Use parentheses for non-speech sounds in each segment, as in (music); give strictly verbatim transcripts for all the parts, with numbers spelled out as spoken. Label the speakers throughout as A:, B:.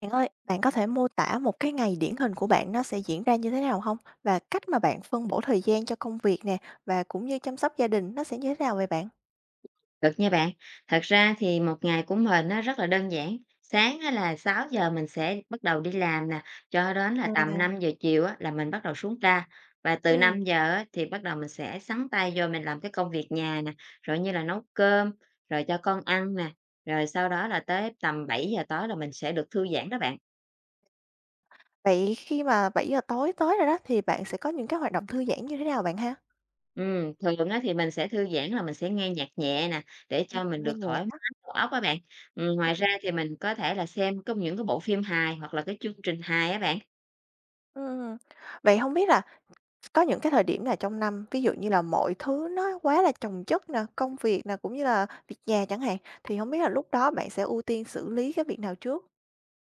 A: Bạn ơi, bạn có thể mô tả một cái ngày điển hình của bạn nó sẽ diễn ra như thế nào không? Và cách mà bạn phân bổ thời gian cho công việc nè, và cũng như chăm sóc gia đình nó sẽ như thế nào vậy bạn?
B: Được nha bạn. Thật ra thì một ngày của mình nó rất là đơn giản. Sáng á là sáu giờ mình sẽ bắt đầu đi làm nè, cho đến là tầm
A: À,
B: năm giờ chiều á, là mình bắt đầu xuống ra. Và từ
A: ừm,
B: năm giờ á, thì bắt đầu mình sẽ xắn tay vô mình làm cái công việc nhà nè, rồi như là nấu cơm, rồi cho con ăn nè. Rồi sau đó là tới tầm bảy giờ tối là mình sẽ được thư giãn đó bạn.
A: vậy khi mà bảy giờ tối tới rồi đó thì bạn sẽ có những cái hoạt động thư giãn như thế nào bạn ha?
B: Ừm, thường á thì mình sẽ thư giãn là mình sẽ nghe nhạc nhẹ nè, để
A: Ừm,
B: cho mình
A: nghe
B: được
A: nhạc
B: thoải
A: á.
B: mái đầu óc á bạn. Ừm, ngoài
A: Ừm,
B: ra thì mình có thể là xem có những cái bộ phim hài hoặc là cái chương trình hài á bạn.
A: ừm. Vậy không biết là có những cái thời điểm nào trong năm, ví dụ như là mọi thứ nó quá là chồng chất nè, công việc nè, cũng như là việc nhà chẳng hạn, thì không biết là lúc đó bạn sẽ ưu tiên xử lý cái việc nào trước?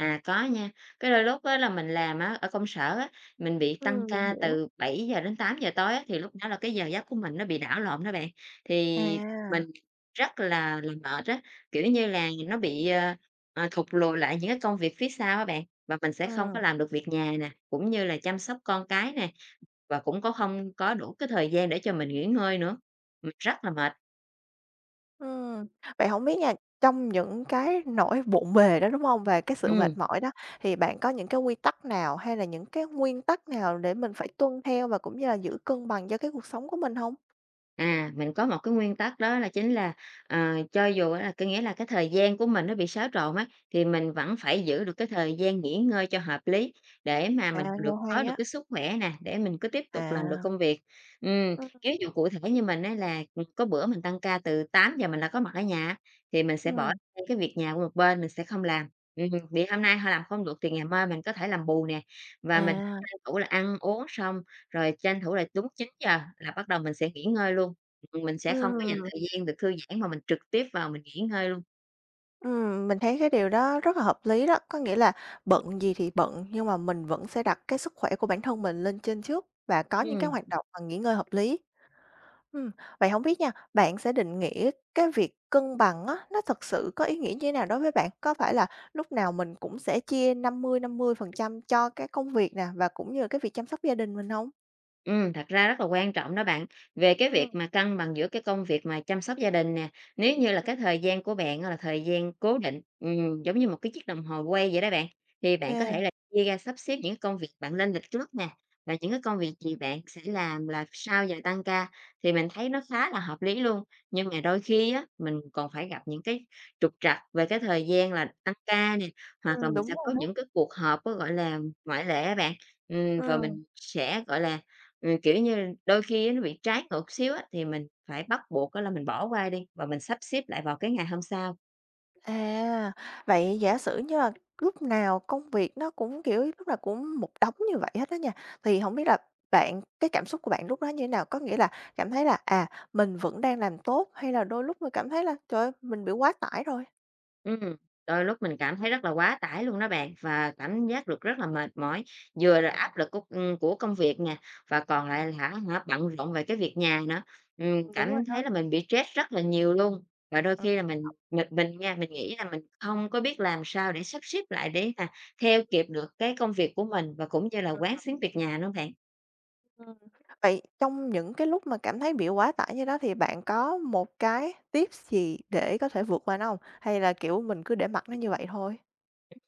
B: À, có nha, cái đôi lúc á là mình làm á ở công sở á, mình bị tăng
A: Ừm, mình
B: ca
A: hiểu.
B: từ bảy giờ đến tám giờ tối á, thì lúc đó là cái giờ giấc của mình nó bị đảo lộn đó bạn. Thì
A: À.
B: mình rất là là mệt á, kiểu như là, nó bị, ờ, ờ, thụt lùi lại những cái công việc phía sau á bạn, và mình sẽ không
A: Ừm,
B: có làm được việc nhà nè, cũng như là chăm sóc con cái nè, và cũng có không có đủ cái thời gian để cho mình nghỉ ngơi nữa, mình rất là mệt.
A: Ừm, Vậy không biết nha, trong những cái nỗi bộn bề đó, đúng không? Về cái sự mệt
B: Ừm.
A: mỏi đó, thì bạn có những cái quy tắc nào hay là những cái nguyên tắc nào để mình phải tuân theo và cũng như là giữ cân bằng cho cái cuộc sống của mình không?
B: À, mình có một cái nguyên tắc đó là chính là, ờ, cho dù là có nghĩa là cái thời gian của mình nó bị xáo trộn á, thì mình vẫn phải giữ được cái thời gian nghỉ ngơi cho hợp lý để mà
A: À,
B: mình
A: nghe
B: được có
A: hay
B: được
A: á.
B: cái sức khỏe nè, để mình cứ tiếp tục làm được
A: À.
B: công việc. Ừm,
A: Ừm,
B: Ví dụ cụ thể như mình ấy là, có bữa mình tăng ca từ tám giờ mình đã có mặt ở nhà thì mình sẽ bỏ
A: ừm.
B: cái việc nhà qua một bên, mình sẽ không làm. Ừm, vì hôm nay họ làm không được thì ngày mai mình có thể làm bù nè, và mình
A: À,
B: tranh thủ là ăn uống xong rồi tranh thủ là đúng chín giờ là bắt đầu mình sẽ nghỉ ngơi luôn, ừm, mình sẽ không có dành
A: ừm,
B: thời gian được thư giãn mà mình trực tiếp vào mình nghỉ ngơi luôn.
A: ừm, mình thấy cái điều đó rất là hợp lý đó, có nghĩa là bận gì thì bận nhưng mà mình vẫn sẽ đặt cái sức khỏe của bản thân mình lên trên trước và có những cái
B: Ừm.
A: hoạt động và nghỉ ngơi hợp lý. Ừm, Vậy không biết nha, bạn sẽ định nghĩa cái việc cân bằng á, nó thật sự có ý nghĩa như thế nào đối với bạn? Có phải là lúc nào mình cũng sẽ chia năm năm mươi năm mươi phần trăm cho cái công việc nè, và cũng như cái việc chăm sóc gia đình mình không?
B: Ừm, thật ra rất là quan trọng đó bạn. Về cái việc
A: Ừm,
B: mà cân bằng giữa cái công việc mà chăm sóc gia đình nè, nếu như là cái thời gian của bạn là thời gian cố định, ừm, giống như một cái chiếc đồng hồ quay vậy đó bạn, thì bạn có
A: à,
B: thể là chia ra sắp xếp những công việc bạn lên lịch trước nè, và những cái công việc gì bạn sẽ làm là sau giờ tăng ca, thì mình thấy nó khá là hợp lý luôn. Nhưng mà đôi khi á, mình còn phải gặp những cái trục trặc về cái thời gian là tăng ca nè, hoặc là
A: ừm,
B: mình
A: Đúng
B: sẽ
A: rồi
B: có
A: đó,
B: những cái cuộc họp có gọi là, ngoại lệ á bạn, ừm, và
A: ừm.
B: mình sẽ, gọi là Ừm, kiểu như, đôi khi nó bị trái ngược xíu á, thì mình phải bắt buộc á là mình bỏ qua đi và mình sắp xếp lại vào cái ngày hôm sau.
A: À, vậy giả sử như là lúc nào công việc nó cũng, kiểu, lúc nào cũng một đống như vậy hết đó nha, thì không biết là bạn cái cảm xúc của bạn lúc đó như thế nào? Có nghĩa là cảm thấy là, à, mình vẫn đang làm tốt hay là đôi lúc mình cảm thấy là, trời ơi, mình bị quá tải rồi?
B: Ừm, Đôi lúc mình cảm thấy rất là quá tải luôn đó bạn, và cảm giác được rất là mệt mỏi, vừa là áp lực của, ừm, của công việc nè, và còn lại là hả hả bận rộn về cái việc nhà nữa. Ừm,
A: Đúng rồi
B: cảm
A: đó.
B: thấy là mình bị stress rất là nhiều luôn, và đôi
A: Ừm,
B: khi là mình mình mình nha, mình nghĩ là mình không có biết làm sao để sắp xếp lại để mà theo kịp được cái công việc của mình và cũng như là quán xuyến việc nhà nữa bạn.
A: ừm. Vậy trong những cái lúc mà cảm thấy bị quá tải như đó thì bạn có một cái tips gì để có thể vượt qua nó không? Hay là, kiểu, mình cứ để mặc nó như vậy thôi?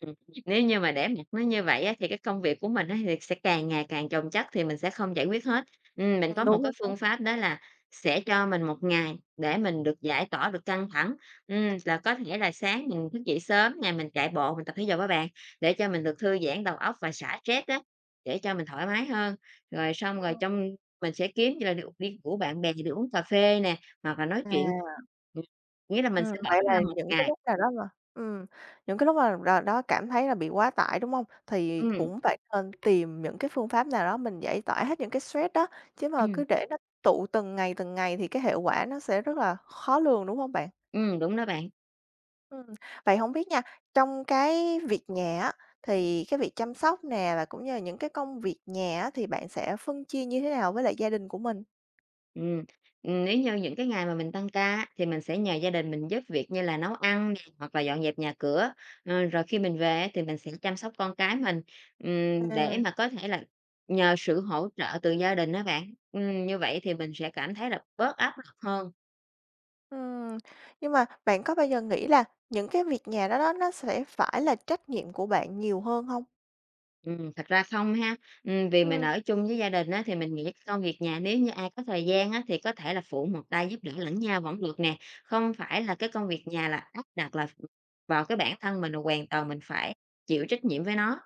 B: Ừm, Nếu như mà để mặc nó như vậy á, thì cái công việc của mình á thì sẽ càng ngày càng chồng chất thì mình sẽ không giải quyết hết. Ừm, mình
A: Ừm,
B: có một
A: đúng rồi
B: cái phương pháp đó là sẽ cho mình một ngày để mình được giải tỏa được căng thẳng. Ừm, là có thể là sáng mình thức dậy sớm ngày mình chạy bộ, mình tập thể dục á bạn, để cho mình được thư giãn đầu óc và xả stress á, để cho mình thoải mái hơn. Rồi xong rồi
A: đó.
B: trong mình sẽ kiếm như là đi đi của bạn bè đi uống cà phê nè, hoặc là nói chuyện,
A: À,
B: ừm, nghĩa là mình
A: ừm,
B: sẽ bỏ
A: vậy
B: ra
A: là
B: một
A: những cái
B: ngày.
A: lúc nào đó mà ừm, những cái lúc mà nào đó cảm thấy là bị quá tải, đúng không? Thì
B: Ừm,
A: cũng phải nên tìm những cái phương pháp nào đó mình giải tỏa hết những cái stress đó, chứ mà cứ
B: ừm,
A: để nó tụ từng ngày, từng ngày thì cái hệ quả nó sẽ rất là khó lường, đúng không bạn?
B: ừm, đúng đó bạn.
A: Ừm, Vậy không biết nha, trong cái việc nhà á, thì cái việc chăm sóc nè và cũng như là những cái công việc nhà á, thì bạn sẽ phân chia như thế nào với lại gia đình của mình?
B: Ừm, ừm, Nếu như những cái ngày mà mình tăng ca á, thì mình sẽ nhờ gia đình mình giúp việc như là nấu ăn nè, hoặc là dọn dẹp nhà cửa. Ờ, rồi khi mình về á, thì mình sẽ chăm sóc con cái mình, ừm,
A: À.
B: để mà có thể là nhờ sự hỗ trợ từ gia đình á bạn. Ừm, như vậy thì mình sẽ cảm thấy là bớt áp lực hơn.
A: Ừm, nhưng mà bạn có bao giờ nghĩ là những cái việc nhà đó đó nó sẽ phải là trách nhiệm của bạn nhiều hơn không?
B: Ừm, thật ra không ha. Ừm, vì mình
A: Ừm.
B: ở chung với gia đình á, thì mình nghĩ cái công việc nhà nếu như ai có thời gian á, thì có thể là phụ một tay giúp đỡ lẫn nhau vẫn được nè. Không phải là cái công việc nhà là áp đặt là vào cái bản thân mình là hoàn toàn mình phải chịu trách nhiệm với nó.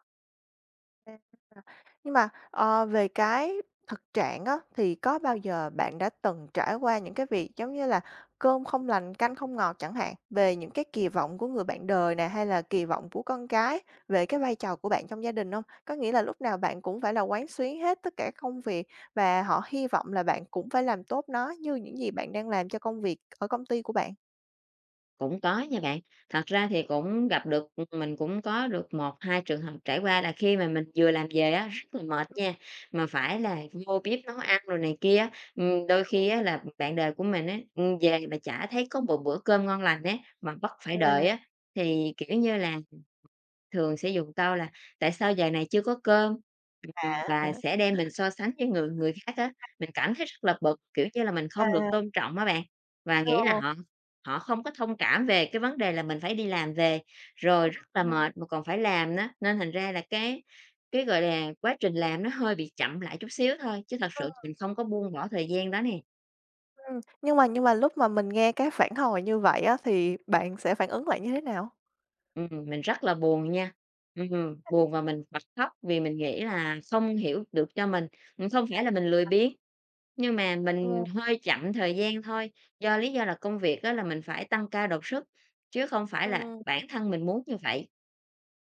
A: Nhưng mà, ờ, về cái thực trạng á, thì có bao giờ bạn đã từng trải qua những cái việc giống như là cơm không lành canh không ngọt chẳng hạn, về những cái kỳ vọng của người bạn đời nè, hay là kỳ vọng của con cái về cái vai trò của bạn trong gia đình không? Có nghĩa là lúc nào bạn cũng phải là quán xuyến hết tất cả công việc và họ hy vọng là bạn cũng phải làm tốt nó như những gì bạn đang làm cho công việc ở công ty của bạn?
B: Cũng có nha bạn. Thật ra thì cũng gặp được mình cũng có được một hai trường hợp trải qua là khi mà mình vừa làm về á, rất là mệt nha, mà phải là vô bếp nấu ăn rồi này kia á. Ừm, đôi khi á là bạn đời của mình á, ừm, về mà chả thấy có một bữa cơm ngon lành á, mà bắt phải
A: À.
B: đợi á, thì, kiểu như là, thường sẽ dùng câu là "Tại sao giờ này chưa có cơm?" Ừm,
A: À,
B: và sẽ đem mình so sánh với người người khác á, mình cảm thấy rất là bực, kiểu như là, mình
A: à,
B: không được
A: (laughs)
B: tôn trọng á bạn, và
A: ờ,
B: nghĩ là họ họ không có thông cảm về cái vấn đề là mình phải đi làm về rồi rất là
A: ừm.
B: mệt mà còn phải làm đó, nên thành ra là cái cái, gọi là, quá trình làm nó hơi bị chậm lại chút xíu thôi, chứ thật sự mình không có buông bỏ thời gian đó nè.
A: Ừm, nhưng mà nhưng mà lúc mà mình nghe cái phản hồi như vậy á, thì bạn sẽ phản ứng lại như thế nào?
B: Ừm, mình rất là buồn nha, ừm, buồn và mình bật khóc vì mình nghĩ là không hiểu được cho mình, ừm, không phải là mình lười biếng. Nhưng mà
A: Ờ,
B: mình hơi chậm thời gian thôi, do lý do là công việc đó là mình phải tăng ca đột xuất, chứ không phải là
A: ừm,
B: bản thân mình muốn như vậy.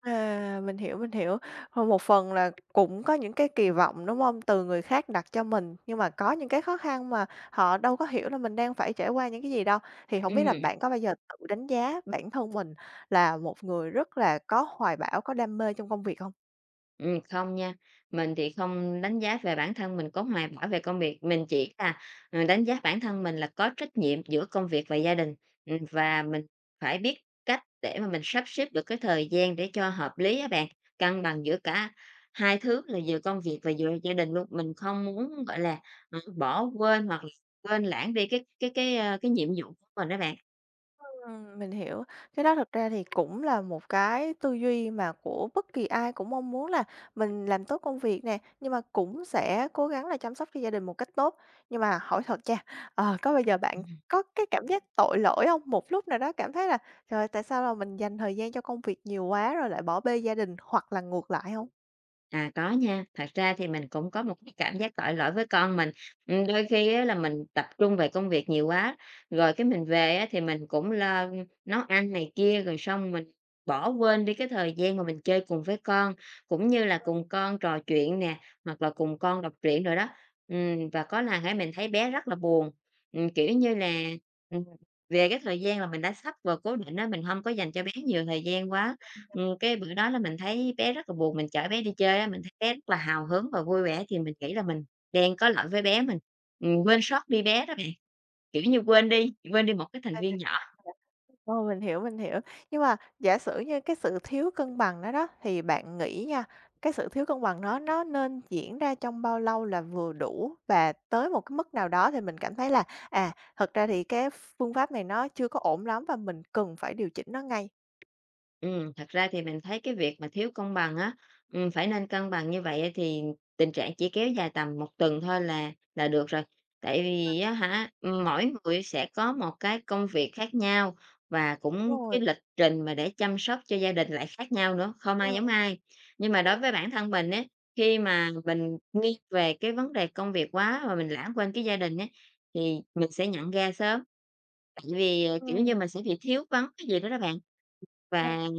A: à, mình hiểu, mình hiểu. Thôi một phần là cũng có những cái kỳ vọng, đúng không? Từ người khác đặt cho mình, nhưng mà có những cái khó khăn mà họ đâu có hiểu là mình đang phải trải qua những cái gì đâu. Thì không biết là
B: Ừm.
A: bạn có bao giờ tự đánh giá bản thân mình là một người rất là có hoài bão, có đam mê trong công việc không?
B: Ừm, không nha, mình thì không đánh giá về bản thân mình có hoài bão về công việc, mình chỉ là, ờ, đánh giá bản thân mình là có trách nhiệm giữa công việc và gia đình, ừm, và mình phải biết cách để mà mình sắp xếp được cái thời gian để cho hợp lý á bạn, cân bằng giữa cả hai thứ là vừa công việc và vừa gia đình luôn. Mình không muốn, gọi là, ờ, bỏ quên hoặc là quên lãng đi cái cái cái, a, cái nhiệm vụ của mình á bạn.
A: Ừm, mình hiểu. Cái đó thật ra thì cũng là một cái tư duy mà của bất kỳ ai cũng mong muốn là mình làm tốt công việc nè, nhưng mà cũng sẽ cố gắng là chăm sóc cho gia đình một cách tốt. Nhưng mà hỏi thật nha, ờ, có bao giờ bạn có cái cảm giác tội lỗi không? Một lúc nào đó cảm thấy là "Trời ơi, tại sao là mình dành thời gian cho công việc nhiều quá rồi lại bỏ bê gia đình?" hoặc là ngược lại hông?
B: À, có nha, thật ra thì mình cũng có một cái cảm giác tội lỗi với con mình. Ừm, đôi khi á là mình tập trung về công việc nhiều quá, rồi cái mình về á thì mình cũng lo nấu ăn này kia, rồi xong mình bỏ quên đi cái thời gian mà mình chơi cùng với con, cũng như là cùng con trò chuyện nè, hoặc là cùng con đọc truyện rồi đó. Ừm, và có lần ấy mình thấy bé rất là buồn, ừm, kiểu như là, ừm, về cái thời gian là mình đã sắp vào cố định đó mình không có dành cho bé nhiều thời gian quá. Ừm, cái bữa đó là mình thấy bé rất là buồn, mình chở bé đi chơi á, mình thấy bé rất là hào hứng và vui vẻ thì mình nghĩ là mình đang có lỗi với bé mình, ừm, quên sót đi bé đó bạn, kiểu như, quên đi quên đi một cái thành viên nhỏ.
A: Ồ, mình hiểu, mình hiểu. Nhưng mà giả sử như cái sự thiếu cân bằng đó đó, thì bạn nghĩ nha, cái sự thiếu cân bằng nó nó nên diễn ra trong bao lâu là vừa đủ? Và tới một cái mức nào đó thì mình cảm thấy là, à, thật ra thì cái phương pháp này nó chưa có ổn lắm và mình cần phải điều chỉnh nó ngay.
B: Ừm, thật ra thì mình thấy cái việc mà thiếu công bằng á, ừm, phải nên cân bằng như vậy á thì tình trạng chỉ kéo dài tầm một tuần thôi là là được rồi. Tại vì á hả, mỗi người sẽ có một cái công việc khác nhau và
A: Đúng
B: cũng cái
A: rồi.
B: lịch trình mà để chăm sóc cho gia đình lại khác nhau nữa, không
A: Ừ,
B: ai giống ai. Nhưng mà đối với bản thân mình á, khi mà mình nghiêng về cái vấn đề công việc quá và mình lãng quên cái gia đình á, thì mình sẽ nhận ra sớm, tại vì, ờ,
A: ừ.
B: kiểu như, mình sẽ bị thiếu vắng cái gì đó đó bạn. Và,
A: À.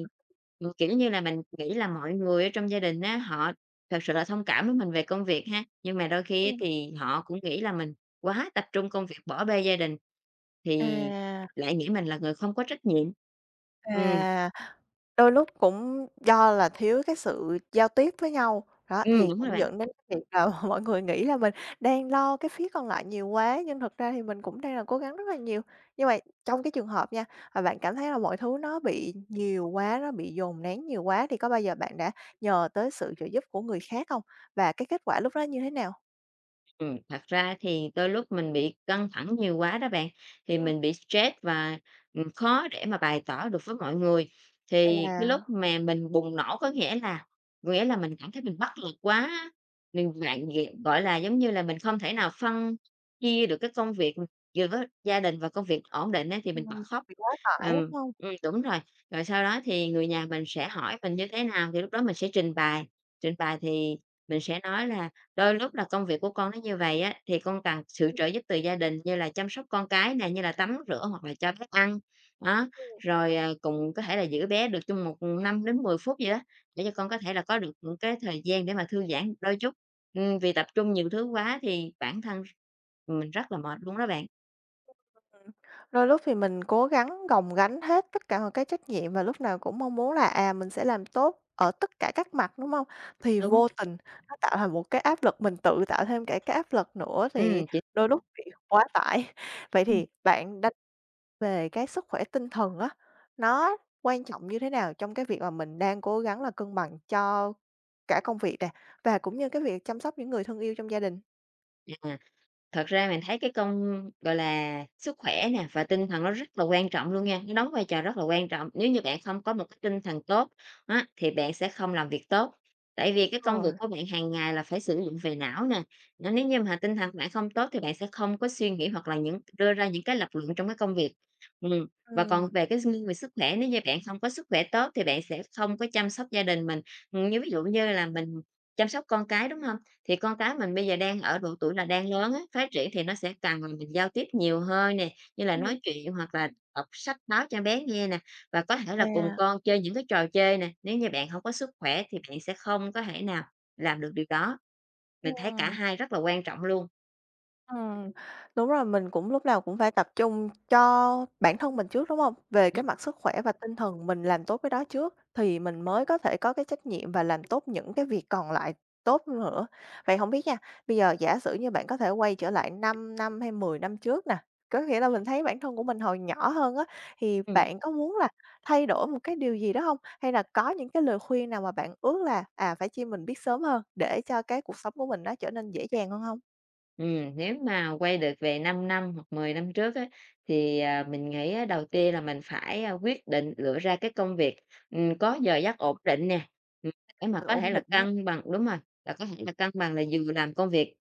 B: ừm, kiểu như là, mình nghĩ là mọi người ở trong gia đình á, họ thật sự là thông cảm với mình về công việc ha, nhưng mà đôi khi á
A: Ừm.
B: thì họ cũng nghĩ là mình quá tập trung công việc bỏ bê gia đình, thì
A: À,
B: lại nghĩ mình là người không có trách nhiệm. Ừm,
A: à. Đôi lúc cũng do là thiếu cái sự giao tiếp với nhau, đó, thì
B: ừm, đúng rồi
A: cũng
B: bạn.
A: dẫn đến cái việc là (laughs) mọi người nghĩ là mình đang lo cái phía còn lại nhiều quá, nhưng thực ra thì mình cũng đang là cố gắng rất là nhiều. Nhưng mà trong cái trường hợp nha, mà bạn cảm thấy là mọi thứ nó bị nhiều quá, nó bị dồn nén nhiều quá thì có bao giờ bạn đã nhờ tới sự trợ giúp của người khác không? Và cái kết quả lúc đó như thế nào?
B: Ừm, thật ra thì đôi lúc mình bị căng thẳng nhiều quá đó bạn, thì
A: Ừm.
B: mình bị stress và, ừm, khó để mà bày tỏ được với mọi người. Thì cái lúc
A: À,
B: mà mình bùng nổ có nghĩa là nghĩa là mình cảm thấy mình bất lực quá, mình bạn ghi- gọi là, giống như là, mình không thể nào phân chia được cái công việc, ừm, vừa với gia đình và công việc ổn định á, thì mình bật
A: ừm,
B: khóc.
A: bị quá tải, đúng
B: Ừm,
A: không?
B: ừm, đúng rồi, rồi sau đó thì người nhà mình sẽ hỏi mình như thế nào thì lúc đó mình sẽ trình bày, trình bày thì mình sẽ nói là, đôi lúc là công việc của con nó như vậy á, thì con cần sự trợ giúp từ gia đình như là chăm sóc con cái nè, như là tắm rửa hoặc là cho bé ăn. Đó, rồi, à, cùng có thể là giữ bé được trong một năm đến mười phút gì đó, để cho con có thể là có được những cái thời gian để mà thư giãn đôi chút. Ừm, vì tập trung nhiều thứ quá thì bản thân mình rất là mệt luôn đó bạn.
A: Ừm, đôi lúc thì mình cố gắng gồng gánh hết tất cả mọi cái trách nhiệm và lúc nào cũng mong muốn là, à, mình sẽ làm tốt ở tất cả các mặt, đúng không? Thì
B: Đúng,
A: vô tình nó tạo thành một cái áp lực, mình tự tạo thêm cả cái áp lực nữa thì
B: ừm, chính xác.
A: đôi lúc bị quá tải. (laughs) Vậy thì bạn đánh về cái sức khỏe tinh thần á, nó quan trọng như thế nào trong cái việc mà mình đang cố gắng là cân bằng cho cả công việc nè, và cũng như cái việc chăm sóc những người thân yêu trong gia đình?
B: À. Thật ra mình thấy cái công, gọi là, sức khỏe nè và tinh thần nó rất là quan trọng luôn nha, nó đóng vai trò rất là quan trọng. Nếu như bạn không có một cái tinh thần tốt á, thì bạn sẽ không làm việc tốt. Tại vì cái công việc
A: Rồi.
B: của bạn hàng ngày là phải sử dụng về não nè, nó nếu như mà tinh thần của bạn không tốt thì bạn sẽ không có suy nghĩ hoặc là những đưa ra những cái lập luận trong cái công việc. Ừm, và còn
A: Ừm.
B: về cái nghiêng về sức khỏe, nếu như bạn không có sức khỏe tốt thì bạn sẽ không có chăm sóc gia đình mình. Ừm, như ví dụ như là mình chăm sóc con cái, đúng không, thì con cái mình bây giờ đang ở độ tuổi là đang lớn á, phát triển thì nó sẽ cần là mình giao tiếp nhiều hơn nè, như là
A: Công
B: nói chuyện hoặc là đọc sách báo cho bé nghe nè, và có thể là cùng
A: à,
B: con chơi những cái trò chơi nè, nếu như bạn không có sức khỏe thì bạn sẽ không có thể nào làm được điều đó. Mình thấy cả
A: ừm.
B: hai rất là quan trọng luôn.
A: Ừm, đúng rồi, mình cũng lúc nào cũng phải tập trung cho bản thân mình trước, đúng không? Về cái mặt sức khỏe và tinh thần mình làm tốt cái đó trước thì mình mới có thể có cái trách nhiệm và làm tốt những cái việc còn lại tốt nữa. Vậy không biết nha, bây giờ giả sử như bạn có thể quay trở lại 5 năm hay mười năm trước nè, có nghĩa là mình thấy bản thân của mình hồi nhỏ hơn á, thì
B: Ừm.
A: bạn có muốn là thay đổi một cái điều gì đó không? Hay là có những cái lời khuyên nào mà bạn ước là, à, phải chi mình biết sớm hơn để cho cái cuộc sống của mình nó trở nên dễ dàng hơn không?
B: Ừm, nếu mà quay được về 5 năm hoặc mười năm trước á, thì, à, mình nghĩ á đầu tiên là mình phải, a, quyết định lựa ra cái công việc, ừm, có giờ giấc ổn định nè, ừm, để mà
A: Sự
B: có
A: ổn
B: thể là
A: định.
B: cân bằng, đúng rồi, là có thể là cân bằng là vừa làm công việc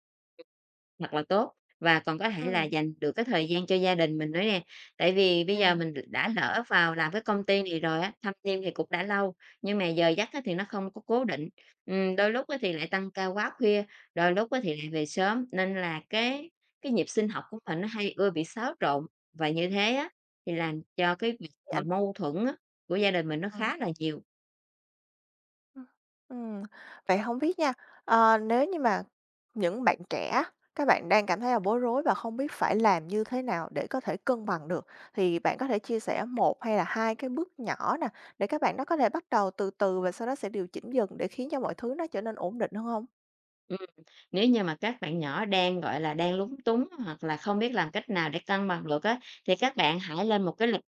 B: thật là tốt và còn có thể là
A: Ừm.
B: dành được cái thời gian cho gia đình mình nữa nè. Tại vì bây giờ
A: À.
B: mình đã lỡ vào làm cái công ty này rồi á, thâm niên thì cũng đã lâu, nhưng mà giờ giấc á thì nó không có cố định. Ừm, đôi lúc á thì lại tăng ca quá khuya, đôi lúc á thì lại về sớm, nên là cái cái nhịp sinh học của mình nó hay ưa bị xáo trộn. Và như thế á, thì làm cho cái việc
A: vậy
B: mà
A: ảnh
B: mâu thuẫn á của gia đình mình nó
A: ờ,
B: khá là nhiều.
A: ừm, ừm, Vậy hông biết nha, ờ, nếu như mà những bạn trẻ, các bạn đang cảm thấy là bối rối và không biết phải làm như thế nào để có thể cân bằng được, thì bạn có thể chia sẻ một hay là hai cái bước nhỏ nè, để các bạn đó có thể bắt đầu từ từ và sau đó sẽ điều chỉnh dần để khiến cho mọi thứ nó trở nên ổn định hơn hông?
B: Nếu như mà các bạn nhỏ đang, gọi là, đang lúng túng hoặc là không biết làm cách nào để cân bằng được á, thì các bạn hãy lên một cái lịch.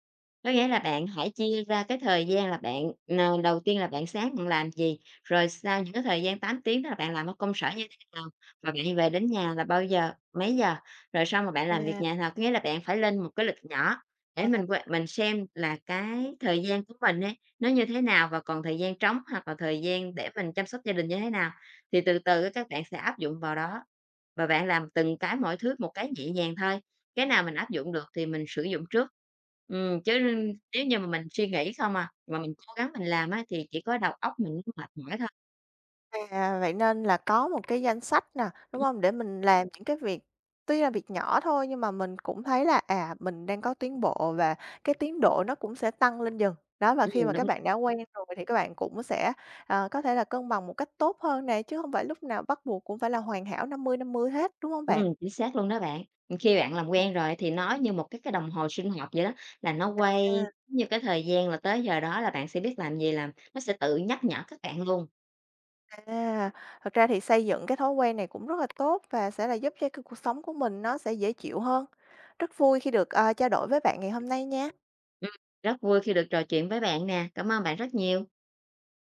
B: Có nghĩa là bạn hãy chia ra cái thời gian là bạn n đầu tiên là bạn sáng bạn làm gì, rồi sau những cái thời gian tám tiếng đó là bạn làm ở công sở như thế nào, và bạn về đến nhà là bao giờ, mấy giờ, rồi xong rồi bạn làm việc
A: À,
B: nhà nào. Có nghĩa là bạn phải lên một cái lịch nhỏ để
A: à.
B: mình qua mình xem là cái thời gian của mình ấy, nó như thế nào và còn thời gian trống hoặc là thời gian để mình chăm sóc gia đình như thế nào. Thì từ từ á các bạn sẽ áp dụng vào đó và bạn làm từng cái mỗi thứ một cái nhẹ nhàng thôi, cái nào mình áp dụng được thì mình sử dụng trước. Ừm, chứ nếu như mà mình suy nghĩ không à, mà mình cố gắng mình làm á thì chỉ có đầu óc mình nó mệt mỏi thôi.
A: À, vậy nên là có một cái danh sách nè, đúng không? Để mình làm những cái việc tuy là việc nhỏ thôi nhưng mà mình cũng thấy là, à, mình đang có tiến bộ và cái tiến độ nó cũng sẽ tăng lên dần. Đó, và khi mà
B: Ừm,
A: các
B: đúng,
A: bạn đã quen rồi thì các bạn cũng sẽ, ờ, có thể là cân bằng một cách tốt hơn nè, chứ không phải lúc nào bắt buộc cũng phải là hoàn hảo năm mươi năm mươi hết, đúng không bạn?
B: ừm, chính xác luôn đó bạn. Khi bạn làm
A: Ừm.
B: quen rồi thì nó như một cái cái đồng hồ sinh học vậy đó, là nó quay
A: À,
B: như cái thời gian là tới giờ đó là bạn sẽ biết làm gì làm, nó sẽ tự nhắc nhở các bạn luôn.
A: à, thật ra thì xây dựng cái thói quen này cũng rất là tốt và sẽ là giúp cho cái cuộc sống của mình nó sẽ dễ chịu hơn. Rất vui khi được, ờ, trao đổi với bạn ngày hôm nay nha.
B: Ừm, Rất vui khi được trò chuyện với bạn nè, cảm ơn bạn rất nhiều.